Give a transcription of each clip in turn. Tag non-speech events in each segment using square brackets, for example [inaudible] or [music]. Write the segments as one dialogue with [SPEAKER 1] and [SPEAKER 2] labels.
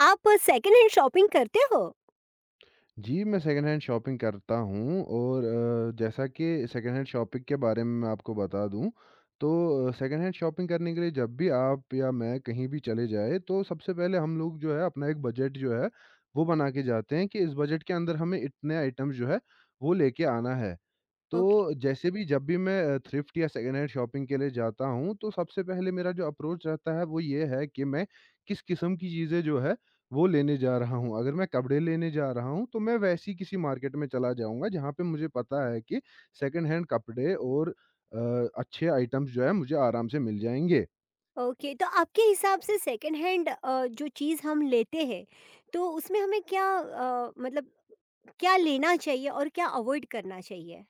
[SPEAKER 1] आप second hand shopping करते हो?
[SPEAKER 2] जी, मैं सेकंड हैंड शॉपिंग करता हूँ और जैसा कि सेकंड हैंड शॉपिंग के बारे में मैं आपको बता दूँ, तो सेकंड हैंड शॉपिंग करने के लिए जब भी आप या मैं कहीं भी चले जाएँ, तो सबसे पहले हम लोग जो है अपना एक बजट जो है, वो बना के जाते हैं कि इस बजट के अंदर हमें इतने आइटम्स जो है, वो लेके आना है।
[SPEAKER 1] ओके।
[SPEAKER 2] तो जैसे भी जब भी मैं थ्रिफ्ट या सेकंड हैंड शॉपिंग के लिए जाता हूँ, तो सबसे पहले मेरा जो अप्रोच रहता है वो ये है कि मैं किस किस्म की चीज़ें जो है वो लेने जा रहा हूँ। अगर मैं कपड़े लेने जा रहा हूँ, तो मैं वैसी किसी मार्केट में चला जाऊँगा जहाँ पे मुझे पता है कि सेकंड हैंड कपड़े और अ, अच्छे आइटम्स जो है मुझे आराम से मिल जाएँगे।
[SPEAKER 1] ओके, तो आपके हिसाब से सेकंड हैंड जो चीज़ हम लेते हैं, तो उसमें हमें क्या मतलब क्या लेना चाहिए और क्या अवॉइड करना चाहिए?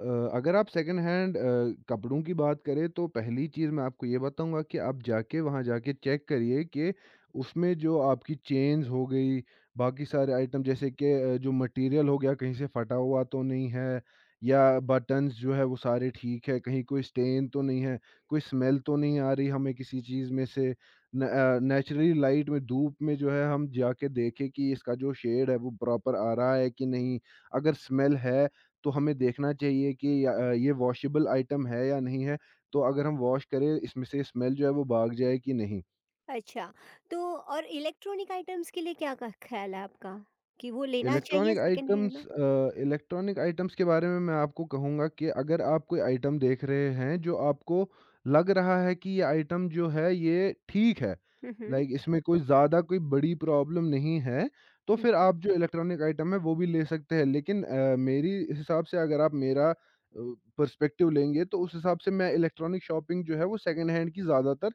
[SPEAKER 2] अ, अगर आप सेकंड हैंड कपड़ों की बात करें तो पहली चीज़ मैं आपको ये बताऊँगा कि आप जाके वहाँ जाके चेक करिए कि उसमें जो आपकी चेन्स हो गई, बाकी सारे आइटम जैसे कि जो मटेरियल हो गया कहीं से फटा हुआ तो नहीं है या बटन्स जो है वो सारे ठीक है, कहीं कोई स्टेन तो नहीं है, कोई स्मेल तो नहीं आ रही हमें किसी चीज़ में से। न अ, नेचुरली लाइट में धूप में जो है हम जाके देखें कि इसका जो शेड है वो प्रॉपर आ रहा है कि नहीं, अगर स्मेल है तो हमें देखना चाहिए कि या ये वॉशेबल आइटम है या नहीं है? तो अगर हम वॉश करें इसमें से स्मेल जो है वो भाग जाए कि नहीं?
[SPEAKER 1] अच्छा, तो और इलेक्ट्रॉनिक आइटम्स के लिए क्या क ख्याल है आपका, कि वो लेना चाहिए सेकंड हैंड में?
[SPEAKER 2] इलेक्ट्रॉनिक आइटम्स के बारे में मैं आपको कहूँगा कि अगर आप कोई आइटम देख रहे हैं जो आपको लग रहा है कि ये आइटम जो है ये ठीक है,
[SPEAKER 1] हुँ, हुँ।
[SPEAKER 2] लाइक इसमें कोई ज़्यादा कोई बड़ी प्रॉब्लम नहीं है, तो
[SPEAKER 1] हुँ,
[SPEAKER 2] फिर आप जो इलेक्ट्रॉनिक आइटम है वो भी ले सकते हैं। लेकिन मेरी हिसाब से अगर आप मेरा पर्सपेक्टिव लेंगे तो उस हिसाब से मैं इलेक्ट्रॉनिक शॉपिंग जो है वो सेकंड हैंड की ज़्यादातर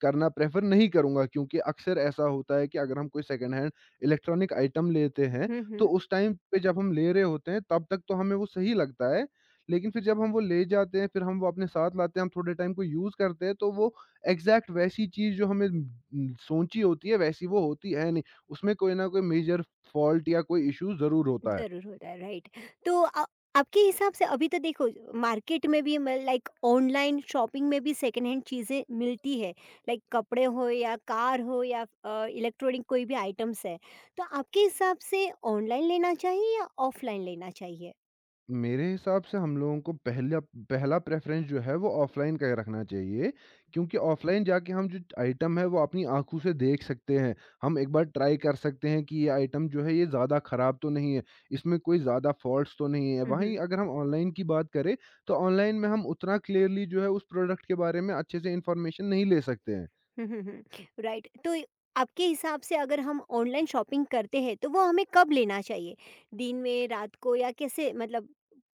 [SPEAKER 2] करना प्रेफ़र नहीं करूँगा, क्योंकि अक्सर ऐसा होता है कि अगर हम कोई सेकंड हैंड इलेक्ट्रॉनिक आइटम लेते हैं
[SPEAKER 1] हुँ,
[SPEAKER 2] तो
[SPEAKER 1] हुँ।
[SPEAKER 2] उस टाइम पे जब हम ले रहे होते हैं तब तक तो हमें वो सही लगता है। लेकिन फिर जब हम वो ले जाते हैं, फिर हम वो अपने साथ लाते हैं, हम थोड़े टाइम को यूज़ करते हैं तो वो एग्ज़ैक्ट वैसी चीज़ जो हमें सोची होती है वैसी वो होती है नहीं। उसमें कोई ना कोई मेजर फ़ॉल्ट या कोई इश्यू ज़रूर होता है।
[SPEAKER 1] ज़रूर होता है, राइट। तो आपके हिसाब से अभी तो देखो मार्केट में भी म लाइक ऑनलाइन शॉपिंग में भी सेकंड हैंड चीज़ें मिलती है। लाइक कपड़े हो या कार हो या इलेक्ट्रॉनिक कोई भी आइटम्स है। तो आपके हिसाब से ऑनलाइन लेना चाहिए या ऑफलाइन लेना चाहिए?
[SPEAKER 2] मेरे हिसाब से हम लोगों को पहला पहला प्रेफ़रेंस जो है वो ऑफ़लाइन का ही रखना चाहिए, क्योंकि ऑफ़लाइन जाके हम जो आइटम है वो अपनी आँखों से देख सकते हैं। हम एक बार ट्राई कर सकते हैं कि ये आइटम जो है ये ज़्यादा ख़राब तो नहीं है, इसमें कोई ज़्यादा फ़ॉल्ट्स तो नहीं है।
[SPEAKER 1] हुँ,
[SPEAKER 2] वहीं
[SPEAKER 1] हुँ।
[SPEAKER 2] अगर हम ऑनलाइन की बात करें तो ऑनलाइन में हम उतना क्लियरली जो है उस प्रोडक्ट के बारे में अच्छे से इन्फॉर्मेशन नहीं ले सकते हैं।
[SPEAKER 1] [laughs] हुँ, हुँ, हुँ। राइट। तो आपके हिसाब से अगर हम ऑनलाइन शॉपिंग करते हैं तो वो हमें कब लेना चाहिए? दिन में, रात को या कैसे, मतलब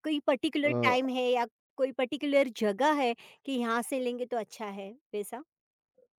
[SPEAKER 1] कोई पर्टिकुलर टाइम
[SPEAKER 2] अ
[SPEAKER 1] है या कोई पर्टिकुलर जगह है कि यहाँ से लेंगे तो अच्छा है वैसा?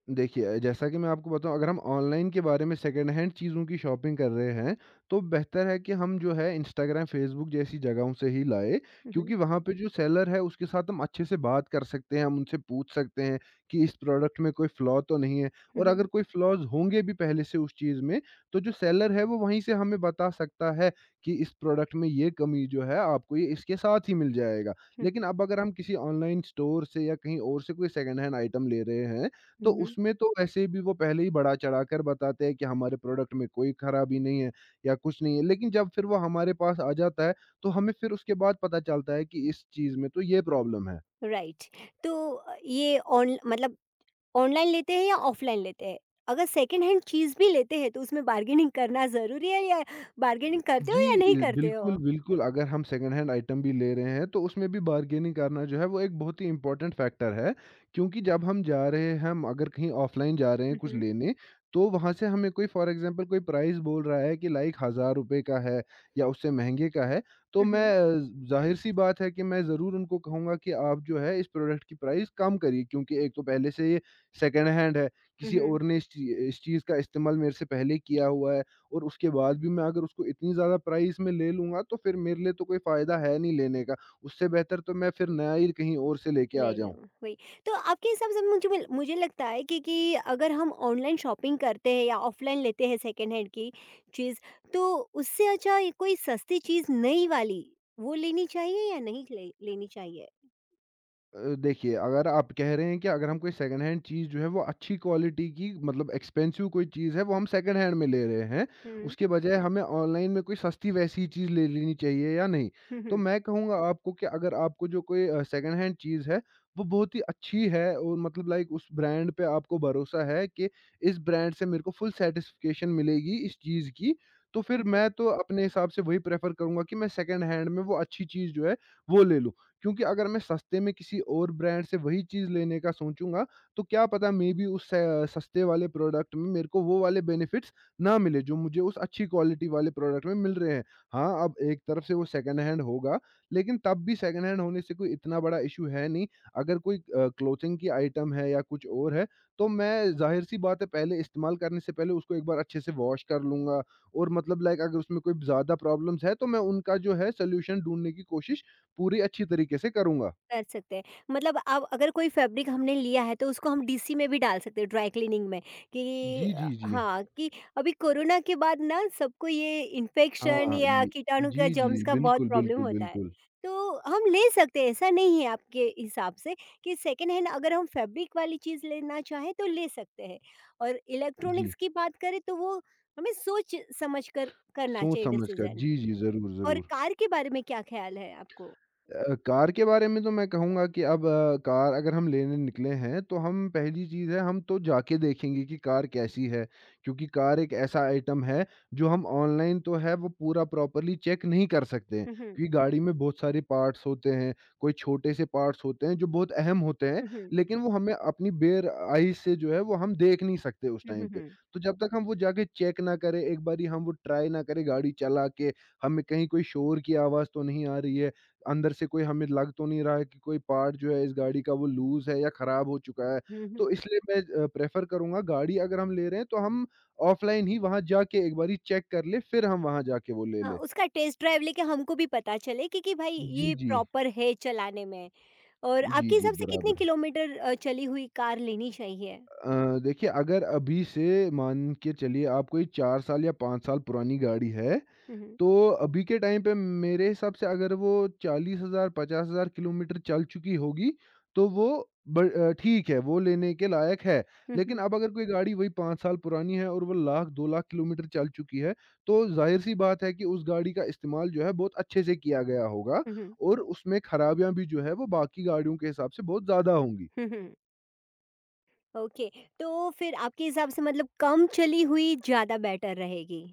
[SPEAKER 2] देखिए, जैसा कि मैं आपको बताऊँ, अगर हम ऑनलाइन के बारे में सेकंड हैंड चीज़ों की शॉपिंग कर रहे हैं, तो बेहतर है कि हम जो है इंस्टाग्राम, फेसबुक जैसी जगहों से ही लाएँ,
[SPEAKER 1] हुँ, हुँ।
[SPEAKER 2] क्योंकि वहाँ पे जो सेलर है उसके साथ हम अच्छे से बात कर सकते हैं, हम उनसे पूछ सकते हैं कि इस प्रोडक्ट में कोई फ्लॉ तो नहीं है,
[SPEAKER 1] हुँ,
[SPEAKER 2] और अगर
[SPEAKER 1] हुँ।
[SPEAKER 2] कोई फ्लॉज़ होंगे भी पहले से उस चीज़ में, तो जो सेलर है वो वहीं से हमें बता सकता है कि इस प्रोडक्ट में ये कमी जो है आपको ये इसके साथ ही मिल जाएगा।
[SPEAKER 1] हुँ,
[SPEAKER 2] लेकिन
[SPEAKER 1] हुँ।
[SPEAKER 2] अब अगर हम किसी ऑनलाइन स्टोर से या कहीं और से कोई सेकंड हैंड आइटम ले रहे हैं,
[SPEAKER 1] हुँ,
[SPEAKER 2] तो
[SPEAKER 1] हुँ।
[SPEAKER 2] उसमें तो वैसे भी वो पहले ही बढ़ा-चढ़ा कर बताते हैं कि हमारे प्रोडक्ट में कोई खराबी नहीं है या कुछ नहीं है। लेकिन जब फिर वो हमारे पास आ जाता है, तो हमें फिर उसके बाद पता चलता है कि इस चीज़ में तो ये प्रॉब्लम है।
[SPEAKER 1] राइट। तो ये ऑन मतलब ऑनलाइन लेते हैं या ऑफलाइन लेते हैं? अगर सेकंड हैंड चीज़ भी लेते हैं तो उसमें बार्गेनिंग करना ज़रूरी है, या बार्गेनिंग करते हो या
[SPEAKER 2] जी,
[SPEAKER 1] नहीं करते हो?
[SPEAKER 2] बिल्कुल, बिल्कुल, अगर हम सेकंड हैंड आइटम भी ले रहे हैं तो उसमें भी बार्गेनिंग करना जो है वो एक बहुत ही इम्पोर्टेंट फैक्टर है, क्योंकि जब हम जा रहे हैं, हम अगर कहीं ऑफ़लाइन जा रहे हैं
[SPEAKER 1] हुँ,
[SPEAKER 2] कुछ
[SPEAKER 1] हुँ।
[SPEAKER 2] लेने, तो वहाँ से हमें कोई फ़ॉर एग्ज़ाम्पल कोई प्राइस बोल रहा है कि लाइक 1,000 रुपए का है या उससे महँगे का है, तो
[SPEAKER 1] हुँ,
[SPEAKER 2] मैं
[SPEAKER 1] हुँ।
[SPEAKER 2] ज़ाहिर-सी बात है कि मैं ज़रूर उनको कहूँगा कि आप जो है इस प्रोडक्ट की प्राइस कम करिए, क्योंकि एक तो पहले से ये सेकंड हैंड है,
[SPEAKER 1] हुँ,
[SPEAKER 2] किसी
[SPEAKER 1] हुँ।
[SPEAKER 2] और ने इस चीज़ का इस्तेमाल मेरे से पहले किया हुआ है। और उसके बाद भी मैं अगर उसको इतनी ज़्यादा प्राइस में ले लूँगा तो फिर मेरे लिए तो कोई फ़ायदा है नहीं लेने का। उससे बेहतर तो मैं फिर नया ही कहीं और से लेके आ
[SPEAKER 1] ले लो
[SPEAKER 2] जाऊँ।
[SPEAKER 1] वही। तो आपके हिसाब से मुझे मुझे लगता है कि अगर हम ऑनलाइन शॉपिंग करते हैं या ऑफलाइन लेते हैं सेकेंड हैंड की चीज़, तो उससे अच्छा ये कोई सस्ती चीज़ नई वाली वो लेनी चाहिए, या नहीं लेनी चाहिए?
[SPEAKER 2] देखिए, अगर आप कह रहे हैं कि अगर हम कोई सेकंड हैंड चीज़ जो है वो अच्छी क्वालिटी की मतलब एक्सपेंसिव कोई चीज़ है वो हम सेकंड हैंड में ले रहे हैं,
[SPEAKER 1] हम्म।
[SPEAKER 2] उसके बजाय हमें ऑनलाइन में कोई सस्ती वैसी चीज़ ले लेनी चाहिए या नहीं?
[SPEAKER 1] हम्म।
[SPEAKER 2] तो
[SPEAKER 1] हम्म।
[SPEAKER 2] मैं कहूँगा आपको कि अगर आपको जो कोई सेकंड हैंड चीज़ है, वो बहुत ही अच्छी है और मतलब लाइक उस ब्रांड पे आपको भरोसा है कि इस ब्रांड से मेरे को फुल सैटिस्फैक्शन मिलेगी इस चीज़ की, तो फिर मैं तो अपने हिसाब से वही प्रेफ़र करूँगा कि मैं सेकंड हैंड में वो अच्छी चीज़ जो है, वो ले लूँ। क्योंकि अगर मैं सस्ते में किसी और ब्रांड से वही चीज़ लेने का सोचूँगा, तो क्या पता मे-बी उस स सस्ते वाले प्रोडक्ट में मेरे को वो वाले बेनिफिट्स ना मिले, जो मुझे उस अच्छी क्वालिटी वाले प्रोडक्ट में मिल रहे हैं। हाँ, अब एक तरफ से वो सेकंड हैंड होगा, लेकिन तब भी सेकंड हैंड होने से कोई इतना बड़ा इश्यू है नहीं। अगर कोई क्लोथिंग की आइटम है या कुछ और है, तो मैं ज़ाहिर-सी बात है पहले इस्तेमाल करने से पहले उसको एक बार अच्छे से वॉश कर लूँगा, और मतलब लाइक अगर उसमें कोई ज़्यादा प्रॉब्लम्स है, तो मैं उनका जो है सॉल्यूशन ढूँढने की कोशिश पूरी अच्छी तरीके से करूँगा।
[SPEAKER 1] कर सकते हैं, मतलब अब अगर कोई फैब्रिक हमने लिया है तो उसको हम डीसी में भी डाल सकते हैं ड्राई क्लीनिंग में, कि
[SPEAKER 2] जी, जी, जी।
[SPEAKER 1] हाँ, कि अभी कोरोना के बाद ना सबको ये इन्फेक्शन
[SPEAKER 2] हाँ,
[SPEAKER 1] या
[SPEAKER 2] ये
[SPEAKER 1] कीटाणु का,
[SPEAKER 2] जी,
[SPEAKER 1] जर्म्स
[SPEAKER 2] जी।
[SPEAKER 1] का बहुत
[SPEAKER 2] बिल्कुल,
[SPEAKER 1] प्रॉब्लम
[SPEAKER 2] बिल्कुल,
[SPEAKER 1] होता है।
[SPEAKER 2] बिल्कुल।
[SPEAKER 1] तो हम ले सकते हैं, ऐसा नहीं है आपके हिसाब से कि सेकेंड हैंड अगर हम फैब्रिक वाली चीज़ लेना चाहें तो ले सकते हैं, और
[SPEAKER 2] जी,
[SPEAKER 1] इलेक्ट्रॉनिक्स की बात करें तो वो हमें सोच समझ कर करना
[SPEAKER 2] सोच
[SPEAKER 1] चाहिए
[SPEAKER 2] समझ कर।
[SPEAKER 1] डिसीजन।
[SPEAKER 2] जी, जी। ज़रूर,
[SPEAKER 1] और
[SPEAKER 2] ज़रूर।
[SPEAKER 1] कार के बारे में क्या ख्याल है आपको?
[SPEAKER 2] कार के बारे में तो मैं कहूँगा कि अब कार अगर हम लेने निकले हैं, तो हम पहली चीज़ है हम तो जाके देखेंगे कि कार कैसी है, क्योंकि कार एक ऐसा आइटम है जो हम ऑनलाइन तो है वो पूरा प्रॉपर्ली चेक नहीं कर सकते हैं,
[SPEAKER 1] हम्म। हम्म।
[SPEAKER 2] क्योंकि गाड़ी में बहुत सारे पार्ट्स होते हैं, कोई छोटे से पार्ट्स होते हैं जो बहुत अहम होते हैं,
[SPEAKER 1] हम्म। हम्म।
[SPEAKER 2] लेकिन वो हमें अपनी बेयर आइज़ से जो है वो हम देख नहीं सकते उस
[SPEAKER 1] हम्म।
[SPEAKER 2] टाइम पे।
[SPEAKER 1] हम्म।
[SPEAKER 2] तो जब तक हम वो जाके चेक ना करें, एक बारी हम वो ट्राई ना करें गाड़ी चला के, हमें कहीं कोई शोर की आवाज़ तो नहीं आ रही है, अंदर से कोई हमें लग तो नहीं रहा है कि कोई पार्ट जो है इस गाड़ी का वो लूज़ है या ख़राब हो चुका है।
[SPEAKER 1] हुँ, हुँ।
[SPEAKER 2] तो इसलिए मैं प्रेफ़र करूँगा गाड़ी अगर हम ले रहे हैं तो हम ऑफ़लाइन ही वहाँ जाके एक बारी चेक कर लें, फिर हम वहाँ जाके वो ले
[SPEAKER 1] हाँ,
[SPEAKER 2] लें।
[SPEAKER 1] उसका टेस्ट ड्राइव लेके हमको भी पता चले कि भाई
[SPEAKER 2] जी,
[SPEAKER 1] ये
[SPEAKER 2] जी।
[SPEAKER 1] प्रॉपर है चलाने में। और
[SPEAKER 2] जी,
[SPEAKER 1] आपके
[SPEAKER 2] जी,
[SPEAKER 1] हिसाब से कितने
[SPEAKER 2] बराबर।
[SPEAKER 1] किलोमीटर चली हुई कार लेनी चाहिए?
[SPEAKER 2] देखिए, अगर अभी से मान के चलिए आप कोई 4 साल या 5 साल पुरानी गाड़ी है,
[SPEAKER 1] हुँ, हुँ।
[SPEAKER 2] तो अभी के टाइम पे मेरे हिसाब से अगर वो 40,000 50,000 किलोमीटर चल चुकी होगी, तो वो ठीक है, वो लेने के लायक है।
[SPEAKER 1] हुँ,
[SPEAKER 2] लेकिन
[SPEAKER 1] हुँ।
[SPEAKER 2] अब अगर कोई गाड़ी वही 5 साल पुरानी है और वो लाख 2 लाख किलोमीटर चल चुकी है, तो ज़ाहिर-सी बात है कि उस गाड़ी का इस्तेमाल जो है बहुत अच्छे से किया गया होगा,
[SPEAKER 1] हुँ, हुँ।
[SPEAKER 2] और उसमें खराबियाँ भी जो है वो बाकी गाड़ियों के हिसाब से बहुत ज़्यादा होंगी।
[SPEAKER 1] हुँ, हुँ। ओके, तो फिर आपके हिसाब से मतलब कम चली हुई ज़्यादा बेटर रहेगी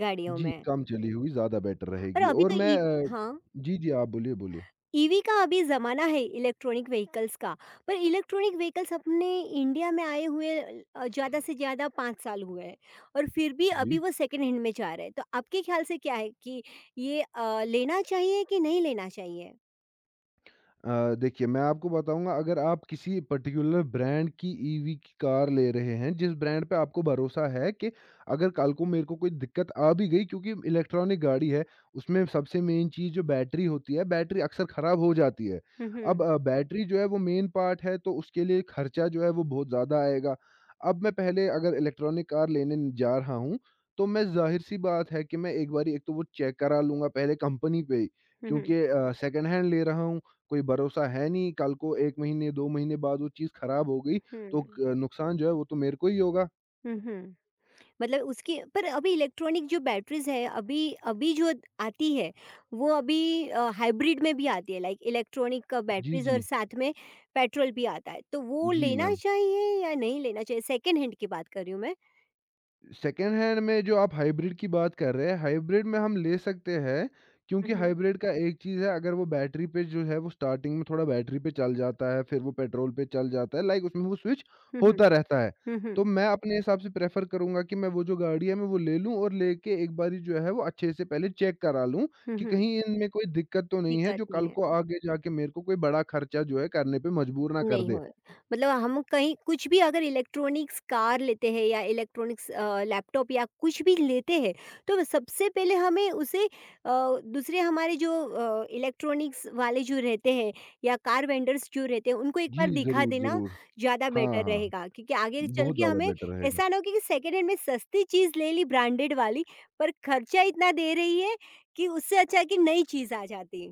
[SPEAKER 1] गाड़ियों
[SPEAKER 2] जी,
[SPEAKER 1] में।
[SPEAKER 2] कम चली हुई ज़्यादा बेटर
[SPEAKER 1] और
[SPEAKER 2] रहेगी,
[SPEAKER 1] अभी
[SPEAKER 2] और
[SPEAKER 1] तो
[SPEAKER 2] मैं
[SPEAKER 1] ई
[SPEAKER 2] अ,
[SPEAKER 1] हाँ।
[SPEAKER 2] जी, जी, आप बोलिए, बोलिए।
[SPEAKER 1] ईवी का अभी ज़माना है इलेक्ट्रॉनिक व्हीकल्स का, पर इलेक्ट्रॉनिक व्हीकल्स अपने इंडिया में आए हुए ज़्यादा से ज़्यादा 5 साल हुए हैं, और फिर भी अभी
[SPEAKER 2] जी।
[SPEAKER 1] वो सेकंड हैंड में जा रहे हैं। तो आपके ख़्याल से क्या है कि ये लेना चाहिए कि नहीं लेना चाहिए?
[SPEAKER 2] देखिए, मैं आपको बताऊँगा, अगर आप किसी पर्टिकुलर ब्रांड की ईवी की कार ले रहे हैं, जिस ब्रांड पे आपको भरोसा है कि अगर कल को मेरे को कोई दिक्कत आ भी गई, क्योंकि इलेक्ट्रॉनिक गाड़ी है, उसमें सबसे मेन चीज़ जो बैटरी होती है, बैटरी अक्सर ख़राब हो जाती है।
[SPEAKER 1] हुँ,
[SPEAKER 2] अब
[SPEAKER 1] हुँ।
[SPEAKER 2] बैटरी जो है वो मेन पार्ट है तो उसके लिए खर्चा जो है वो बहुत ज़्यादा आएगा। अब मैं पहले अगर इलेक्ट्रॉनिक कार लेने जा रहा हूँ, तो मैं ज़ाहिर-सी बात है कि मैं एक बारी एक तो वो चेक करा लूँगा पहले कंपनी पे ही,
[SPEAKER 1] हुँ, हुँ।
[SPEAKER 2] क्योंकि सेकंड हैंड ले रहा हूँ। कोई भरोसा है नहीं, कल को 1 महीने 2 महीने बाद वो चीज़ खराब हो गई, तो
[SPEAKER 1] हुँ।
[SPEAKER 2] क नुकसान जो है वो तो मेरे को ही होगा।
[SPEAKER 1] हुँ, हुँ। मतलब उसकी पर अभी इलेक्ट्रॉनिक जो बैटरीज़ है, अभी अभी जो आती है, वो अभी हाइब्रिड में भी आती है, लाइक इलेक्ट्रॉनिक
[SPEAKER 2] जी,
[SPEAKER 1] बैटरीज़ और
[SPEAKER 2] जी।
[SPEAKER 1] साथ में पेट्रोल भी आता है। तो वो
[SPEAKER 2] जी,
[SPEAKER 1] लेना
[SPEAKER 2] मैम।
[SPEAKER 1] चाहिए या नहीं लेना चाहिए? सेकंड हैंड की बात कर रही हूँ मैं।
[SPEAKER 2] सेकेंड हैंड में जो आप हाइब्रिड की बात कर रहे हैं, हाइब्रिड में हम ले सकते हैं
[SPEAKER 1] हुँ,
[SPEAKER 2] क्योंकि
[SPEAKER 1] हुँ।
[SPEAKER 2] हाइब्रिड का एक चीज़ है अगर वो बैटरी पे जो है वो स्टार्टिंग में थोड़ा बैटरी पे चल जाता है, फिर वो पेट्रोल पे चल जाता है लाइक उसमें वो स्विच
[SPEAKER 1] हुँ, हुँ।
[SPEAKER 2] होता रहता है।
[SPEAKER 1] हुँ, हुँ।
[SPEAKER 2] तो मैं अपने हिसाब से प्रेफ़र करूँगा कि मैं वो जो गाड़ी है मैं वो ले लूँ और लेके एक बारी जो है वो अच्छे से पहले चेक करा लूँ
[SPEAKER 1] हुँ,
[SPEAKER 2] कि
[SPEAKER 1] हुँ।
[SPEAKER 2] कहीं इनमें कोई दिक्कत तो नहीं है
[SPEAKER 1] दिक्कत
[SPEAKER 2] जो
[SPEAKER 1] नहीं
[SPEAKER 2] कल
[SPEAKER 1] है।
[SPEAKER 2] को आगे जाके मेरे को कोई बड़ा खर्चा जो है करने पे मजबूर ना कर
[SPEAKER 1] नहीं
[SPEAKER 2] दे।
[SPEAKER 1] होए। मतलब हम कहीं कुछ भी अगर इलेक्ट्रॉनिक्स कार लेते हैं या इलेक्ट्रॉनिक्स लैपटॉप या कुछ भी लेते हैं, तो सबसे पहले हमें उसे दूसरे हमारे जो इलेक्ट्रॉनिक्स वाले जो रहते हैं या कार वेंडर्स जो रहते हैं, उनको एक
[SPEAKER 2] जी,
[SPEAKER 1] बार दिखा
[SPEAKER 2] ज़रूर,
[SPEAKER 1] देना
[SPEAKER 2] ज़रूर।
[SPEAKER 1] ज़्यादा
[SPEAKER 2] हाँ,
[SPEAKER 1] बेटर
[SPEAKER 2] हाँ।
[SPEAKER 1] रहेगा। क्योंकि आगे चल
[SPEAKER 2] बहुत
[SPEAKER 1] के
[SPEAKER 2] ज़्यादा
[SPEAKER 1] हमें
[SPEAKER 2] बेटर रहेगा।
[SPEAKER 1] ऐसा ना हो कि सेकंड हैंड में सस्ती चीज़ ले ली ब्रांडेड वाली, पर खर्चा इतना दे रही है कि उससे अच्छा है कि नई चीज़ आ जाती।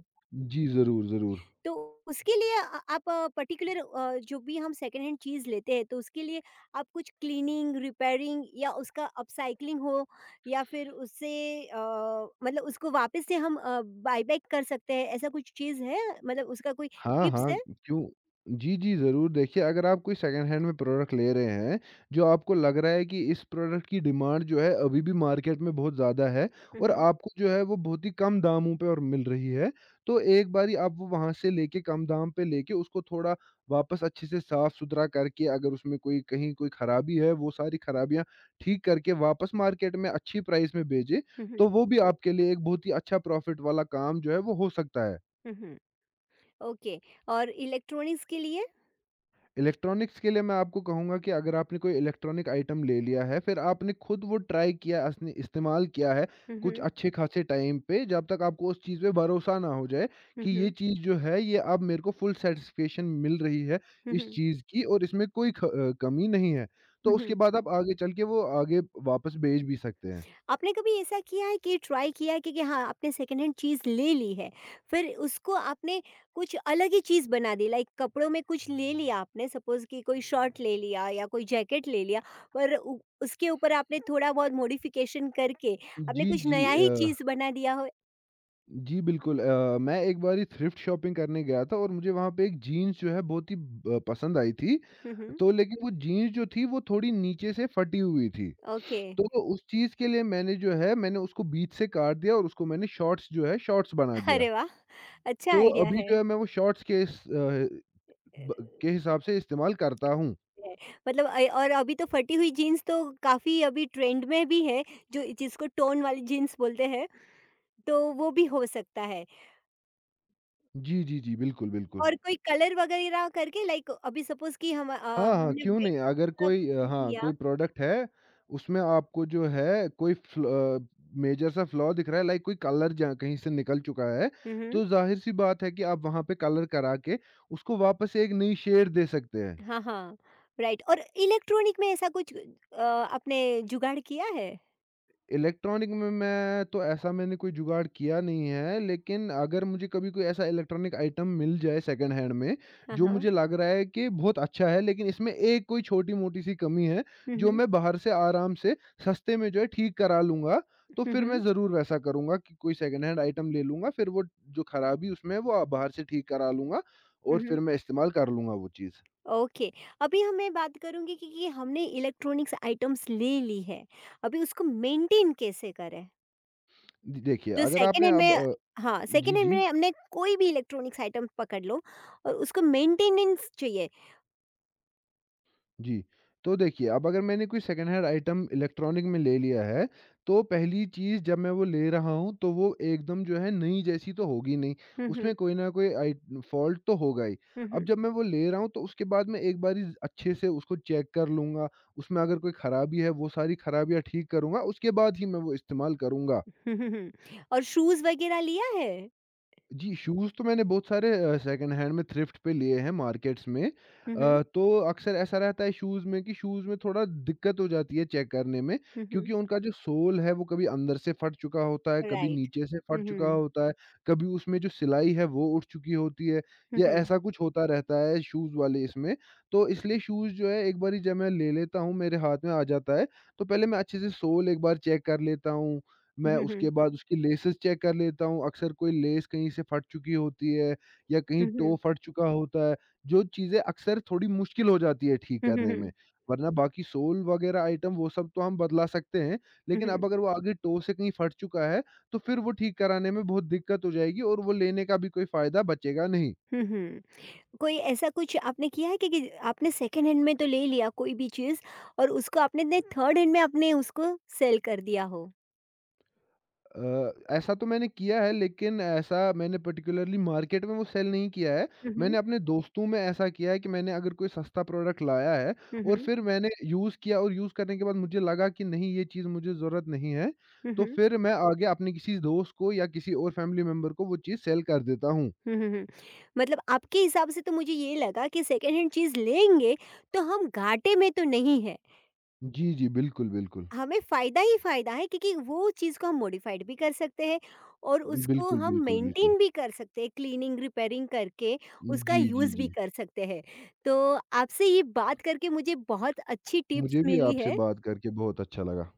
[SPEAKER 2] जी, ज़रूर, ज़रूर।
[SPEAKER 1] तो उसके लिए आप पर्टिकुलर जो भी हम सेकेंड हैंड चीज़ लेते हैं, तो उसके लिए आप कुछ क्लीनिंग, रिपेयरिंग या उसका अपसाइक्लिंग हो, या फिर उससे अ, मतलब उसको वापस से हम बायबैक कर सकते हैं, ऐसा कुछ चीज़ है? मतलब उसका कोई
[SPEAKER 2] हाँ,
[SPEAKER 1] टिप्स
[SPEAKER 2] हाँ,
[SPEAKER 1] है?
[SPEAKER 2] क्यों जी, जी, ज़रूर। देखिए, अगर आप कोई सेकंड हैंड में प्रोडक्ट ले रहे हैं, जो आपको लग रहा है कि इस प्रोडक्ट की डिमांड जो है अभी भी मार्केट में बहुत ज़्यादा है
[SPEAKER 1] हुँ,
[SPEAKER 2] और
[SPEAKER 1] हुँ।
[SPEAKER 2] आपको जो है वो बहुत ही कम दामों पे और मिल रही है, तो एक बारी आप वो वहाँ से लेके कम दाम पे लेके उसको थोड़ा वापस अच्छे से साफ-सुथरा करके अगर उसमें कोई कहीं कोई खराबी है, वो सारी खराबियाँ ठीक करके वापस मार्केट में अच्छी प्राइस में भेजें,
[SPEAKER 1] हुँ,
[SPEAKER 2] तो
[SPEAKER 1] हुँ।
[SPEAKER 2] वो भी आपके लिए एक बहुत ही अच्छा प्रॉफ़िट वाला काम जो है वो हो सकता है।
[SPEAKER 1] हुँ, हुँ। ओके। और इलेक्ट्रॉनिक्स के लिए?
[SPEAKER 2] इलेक्ट्रॉनिक्स के लिए मैं आपको कहूँगा कि अगर आपने कोई इलेक्ट्रॉनिक आइटम ले लिया है, फिर आपने खुद वो ट्राई किया, असने इस्तेमाल किया है,
[SPEAKER 1] हुँ,
[SPEAKER 2] कुछ
[SPEAKER 1] हुँ।
[SPEAKER 2] अच्छे खासे टाइम पे, जब तक आपको उस चीज़ पे भरोसा ना हो जाए
[SPEAKER 1] हुँ,
[SPEAKER 2] कि ये
[SPEAKER 1] हुँ।
[SPEAKER 2] चीज़ जो है, ये अब मेरे को फुल सैटिस्फैक्शन मिल रही है
[SPEAKER 1] हुँ,
[SPEAKER 2] इस
[SPEAKER 1] हुँ।
[SPEAKER 2] चीज़ की और इसमें कोई कमी नहीं है।
[SPEAKER 1] हुँ,
[SPEAKER 2] तो उसके
[SPEAKER 1] हुँ।
[SPEAKER 2] बाद आप आगे चल के वो आगे वापस बेच भी सकते हैं।
[SPEAKER 1] आपने कभी ऐसा किया है कि ट्राई किया है कि हाँ आपने सेकेंड हैंड चीज़ ले ली है, फिर उसको आपने कुछ अलग ही चीज़ बना दी, लाइक कपड़ों में कुछ ले लिया आपने, सपोज कि कोई शर्ट ले लिया या कोई जैकेट ले लिया, पर उसके ऊपर आपने थोड़ा बहुत मॉडिफिकेशन करके आपने
[SPEAKER 2] जी,
[SPEAKER 1] कुछ
[SPEAKER 2] जी।
[SPEAKER 1] नया ही चीज़ बना दिया हो?
[SPEAKER 2] जी, बिल्कुल। मैं एक बारी थ्रिफ्ट शॉपिंग करने गया था और मुझे वहाँ पे एक जीन्स जो है बहुत ही ब पसंद आई थी।
[SPEAKER 1] हम्म।
[SPEAKER 2] तो लेकिन वो जीन्स जो थी वो थोड़ी नीचे से फटी हुई थी।
[SPEAKER 1] ओके।
[SPEAKER 2] तो उस चीज़ के लिए मैंने जो है मैंने उसको बीच से काट दिया और उसको मैंने शॉर्ट्स जो है शॉर्ट्स बना दिया।
[SPEAKER 1] अरे वाह, अच्छा
[SPEAKER 2] तो
[SPEAKER 1] आइडिया
[SPEAKER 2] अभी
[SPEAKER 1] है
[SPEAKER 2] जो है मैं वो शॉर्ट्स के इस ब के हिसाब से इस्तेमाल करता हूँ।
[SPEAKER 1] है। मतलब और अभी तो फटी हुई जीन्स तो काफ़ी अभी ट्रेंड में भी है, जो जिसको टोन वाली जीन्स बोलते हैं, तो वो भी हो सकता है।
[SPEAKER 2] जी, जी, जी। बिल्कुल, बिल्कुल।
[SPEAKER 1] और कोई कलर वगैरह करके, लाइक अभी सपोज कि
[SPEAKER 2] हाँ, हाँ,
[SPEAKER 1] हमने
[SPEAKER 2] क्यों
[SPEAKER 1] व्हाइट
[SPEAKER 2] नहीं? अगर
[SPEAKER 1] कलर का कुछ
[SPEAKER 2] कोई
[SPEAKER 1] ले
[SPEAKER 2] हाँ,
[SPEAKER 1] लिया।
[SPEAKER 2] कोई प्रोडक्ट है उसमें आपको जो है कोई मेजर सा फ्लॉ दिख रहा है लाइक कोई कलर जहाँ कहीं से निकल चुका है,
[SPEAKER 1] हम्म।
[SPEAKER 2] तो ज़ाहिर-सी बात है कि आप वहाँ पे कलर करा के उसको वापस एक नई शेड दे सकते हैं।
[SPEAKER 1] हाँ, हाँ। राइट। और इलेक्ट्रॉनिक में ऐसा कुछ आपने जुगाड़ किया है?
[SPEAKER 2] इलेक्ट्रॉनिक में मैं तो ऐसा मैंने कोई जुगाड़ किया नहीं है, लेकिन अगर मुझे कभी कोई ऐसा इलेक्ट्रॉनिक आइटम मिल जाए सेकंड हैंड में,
[SPEAKER 1] हाँ,
[SPEAKER 2] जो
[SPEAKER 1] हाँ।
[SPEAKER 2] मुझे लग रहा है कि बहुत अच्छा है, लेकिन इसमें एक कोई छोटी-मोटी सी कमी है, जो
[SPEAKER 1] हम्म।
[SPEAKER 2] मैं बाहर से आराम से सस्ते में जो है ठीक करा लूँगा, तो फिर मैं
[SPEAKER 1] हम्म।
[SPEAKER 2] ज़रूर वैसा करूँगा कि कोई सेकंड हैंड आइटम ले लूँगा, फिर वो जो खराबी उसमें है, वो बाहर से ठीक करा लूँगा और
[SPEAKER 1] हम्म।
[SPEAKER 2] फिर मैं इस्तेमाल कर लूँगा वो चीज़।
[SPEAKER 1] ओके। अभी हम मैं बात करूंगी कि हमने इलेक्ट्रॉनिक्स आइटम्स ले ली है, अभी उसको मेंटेन कैसे करें?
[SPEAKER 2] जी, देखिए
[SPEAKER 1] जो
[SPEAKER 2] अगर
[SPEAKER 1] सेकेंड
[SPEAKER 2] आपने
[SPEAKER 1] हैंड में। हाँ,
[SPEAKER 2] जी,
[SPEAKER 1] सेकेंड हैंड
[SPEAKER 2] जी।
[SPEAKER 1] में हमने कोई भी इलेक्ट्रॉनिक्स आइटम पकड़ लो और उसको मेंटेनेंस चाहिए।
[SPEAKER 2] जी, तो देखिए अब अगर मैंने कोई सेकंड हैंड आइटम इलेक्ट्रॉनिक में ले लिया है, तो पहली चीज़ जब मैं वो ले रहा हूँ तो वो एकदम जो है नई जैसी तो होगी नहीं,
[SPEAKER 1] हम्म।
[SPEAKER 2] उसमें कोई न कोई आइ फ़ॉल्ट तो होगा ही।
[SPEAKER 1] हुँ,
[SPEAKER 2] अब
[SPEAKER 1] हुँ।
[SPEAKER 2] जब मैं वो ले रहा हूँ तो उसके बाद मैं एक बारी अच्छे से उसको चेक कर लूँगा, उसमें अगर कोई खराबी है वो सारी खराबियाँ ठीक करूँगा, उसके बाद ही मैं वो इस्तेमाल करूँगा।
[SPEAKER 1] हुँ, हुँ, हुँ। और शूज़ वग़ैरह लिया है?
[SPEAKER 2] जी, शूज़ तो मैंने बहुत सारे सेकंड हैंड में थ्रिफ्ट पे लिए हैं मार्केट्स में।
[SPEAKER 1] हुँ, हुँ।
[SPEAKER 2] तो अक्सर ऐसा रहता है शूज़ में कि शूज़ में थोड़ा दिक्कत हो जाती है चेक करने में
[SPEAKER 1] हुँ, हुँ।
[SPEAKER 2] क्योंकि उनका जो सोल है वो कभी अंदर से फट चुका होता है, कभी
[SPEAKER 1] राइट।
[SPEAKER 2] नीचे से
[SPEAKER 1] हुँ,
[SPEAKER 2] फट चुका
[SPEAKER 1] हुँ।
[SPEAKER 2] होता है, कभी उसमें जो सिलाई है वो उठ चुकी होती है
[SPEAKER 1] हुँ,
[SPEAKER 2] या
[SPEAKER 1] हुँ।
[SPEAKER 2] ऐसा कुछ होता रहता है शूज़ वाले इसमें। तो इसलिए शूज़ जो है एक बारी जब मैं ले लेता हूँ, मेरे हाथ में आ जाता है, तो पहले मैं अच्छे से सोल एक बार चेक कर लेता हूँ मैं
[SPEAKER 1] हुँ, हुँ।
[SPEAKER 2] उसके बाद उसकी लेसेस चेक कर लेता हूँ, अक्सर कोई लेस कहीं से फट चुकी होती है या कहीं
[SPEAKER 1] हुँ,
[SPEAKER 2] टो
[SPEAKER 1] हुँ।
[SPEAKER 2] फट चुका होता है, जो चीज़ें अक्सर थोड़ी मुश्किल हो जाती है ठीक
[SPEAKER 1] हुँ, हुँ,
[SPEAKER 2] करने में।
[SPEAKER 1] हुँ।
[SPEAKER 2] वरना बाकी सोल वगैरह आइटम वो सब तो हम बदला सकते हैं,
[SPEAKER 1] हुँ,
[SPEAKER 2] लेकिन अब
[SPEAKER 1] हुँ।
[SPEAKER 2] अगर वो आगे टो से कहीं फट चुका है, तो फिर वो ठीक कराने में बहुत दिक्कत हो जाएगी और वो लेने का भी कोई फ़ायदा बचेगा नहीं।
[SPEAKER 1] हुँ, हुँ। कोई ऐसा कुछ आपने किया है कि आपने सेकंड हैंड में तो ले लिया कोई भी चीज़, और उसको आपने ने थर्ड हैंड में आपने उसको सेल कर दिया हो?
[SPEAKER 2] ऐसा तो मैंने किया है लेकिन ऐसा मैंने पर्टिकुलरली मार्केट में वो सेल नहीं किया है।
[SPEAKER 1] हुँ, हुँ।
[SPEAKER 2] मैंने अपने दोस्तों में ऐसा किया है कि मैंने अगर कोई सस्ता प्रोडक्ट लाया है
[SPEAKER 1] हुँ,
[SPEAKER 2] और
[SPEAKER 1] हुँ।
[SPEAKER 2] फिर मैंने यूज़ किया और यूज़ करने के बाद मुझे लगा कि नहीं ये चीज़ मुझे ज़रूरत नहीं है,
[SPEAKER 1] हुँ,
[SPEAKER 2] तो
[SPEAKER 1] हुँ।
[SPEAKER 2] फिर मैं आगे अपने किसी दोस्त को या किसी और फैमिली मेंबर को वो चीज़ सेल कर देता हूँ।
[SPEAKER 1] हुँ, हुँ, हुँ। मतलब आपके हिसाब से तो मुझे ये लगा कि सेकंड हैंड चीज़ लेंगे तो हम घाटे में तो नहीं हैं।
[SPEAKER 2] जी, जी। बिल्कुल, बिल्कुल।
[SPEAKER 1] हमें फ़ायदा ही फ़ायदा है, क्योंकि वो चीज़ को हम मॉडिफ़ाइड भी कर सकते हैं और उसको
[SPEAKER 2] बिल्कुल,
[SPEAKER 1] हम
[SPEAKER 2] बिल्कुल, बिल्कुल।
[SPEAKER 1] मेंटेन भी कर सकते हैं, क्लीनिंग, रिपेयरिंग करके उसका
[SPEAKER 2] जी, जी,
[SPEAKER 1] यूज़ भी
[SPEAKER 2] जी।
[SPEAKER 1] कर सकते हैं। तो आपसे ये बात करके मुझे बहुत अच्छी टिप्स
[SPEAKER 2] मुझे भी
[SPEAKER 1] मिली
[SPEAKER 2] आपसे
[SPEAKER 1] है।
[SPEAKER 2] बात करके बहुत अच्छा लगा।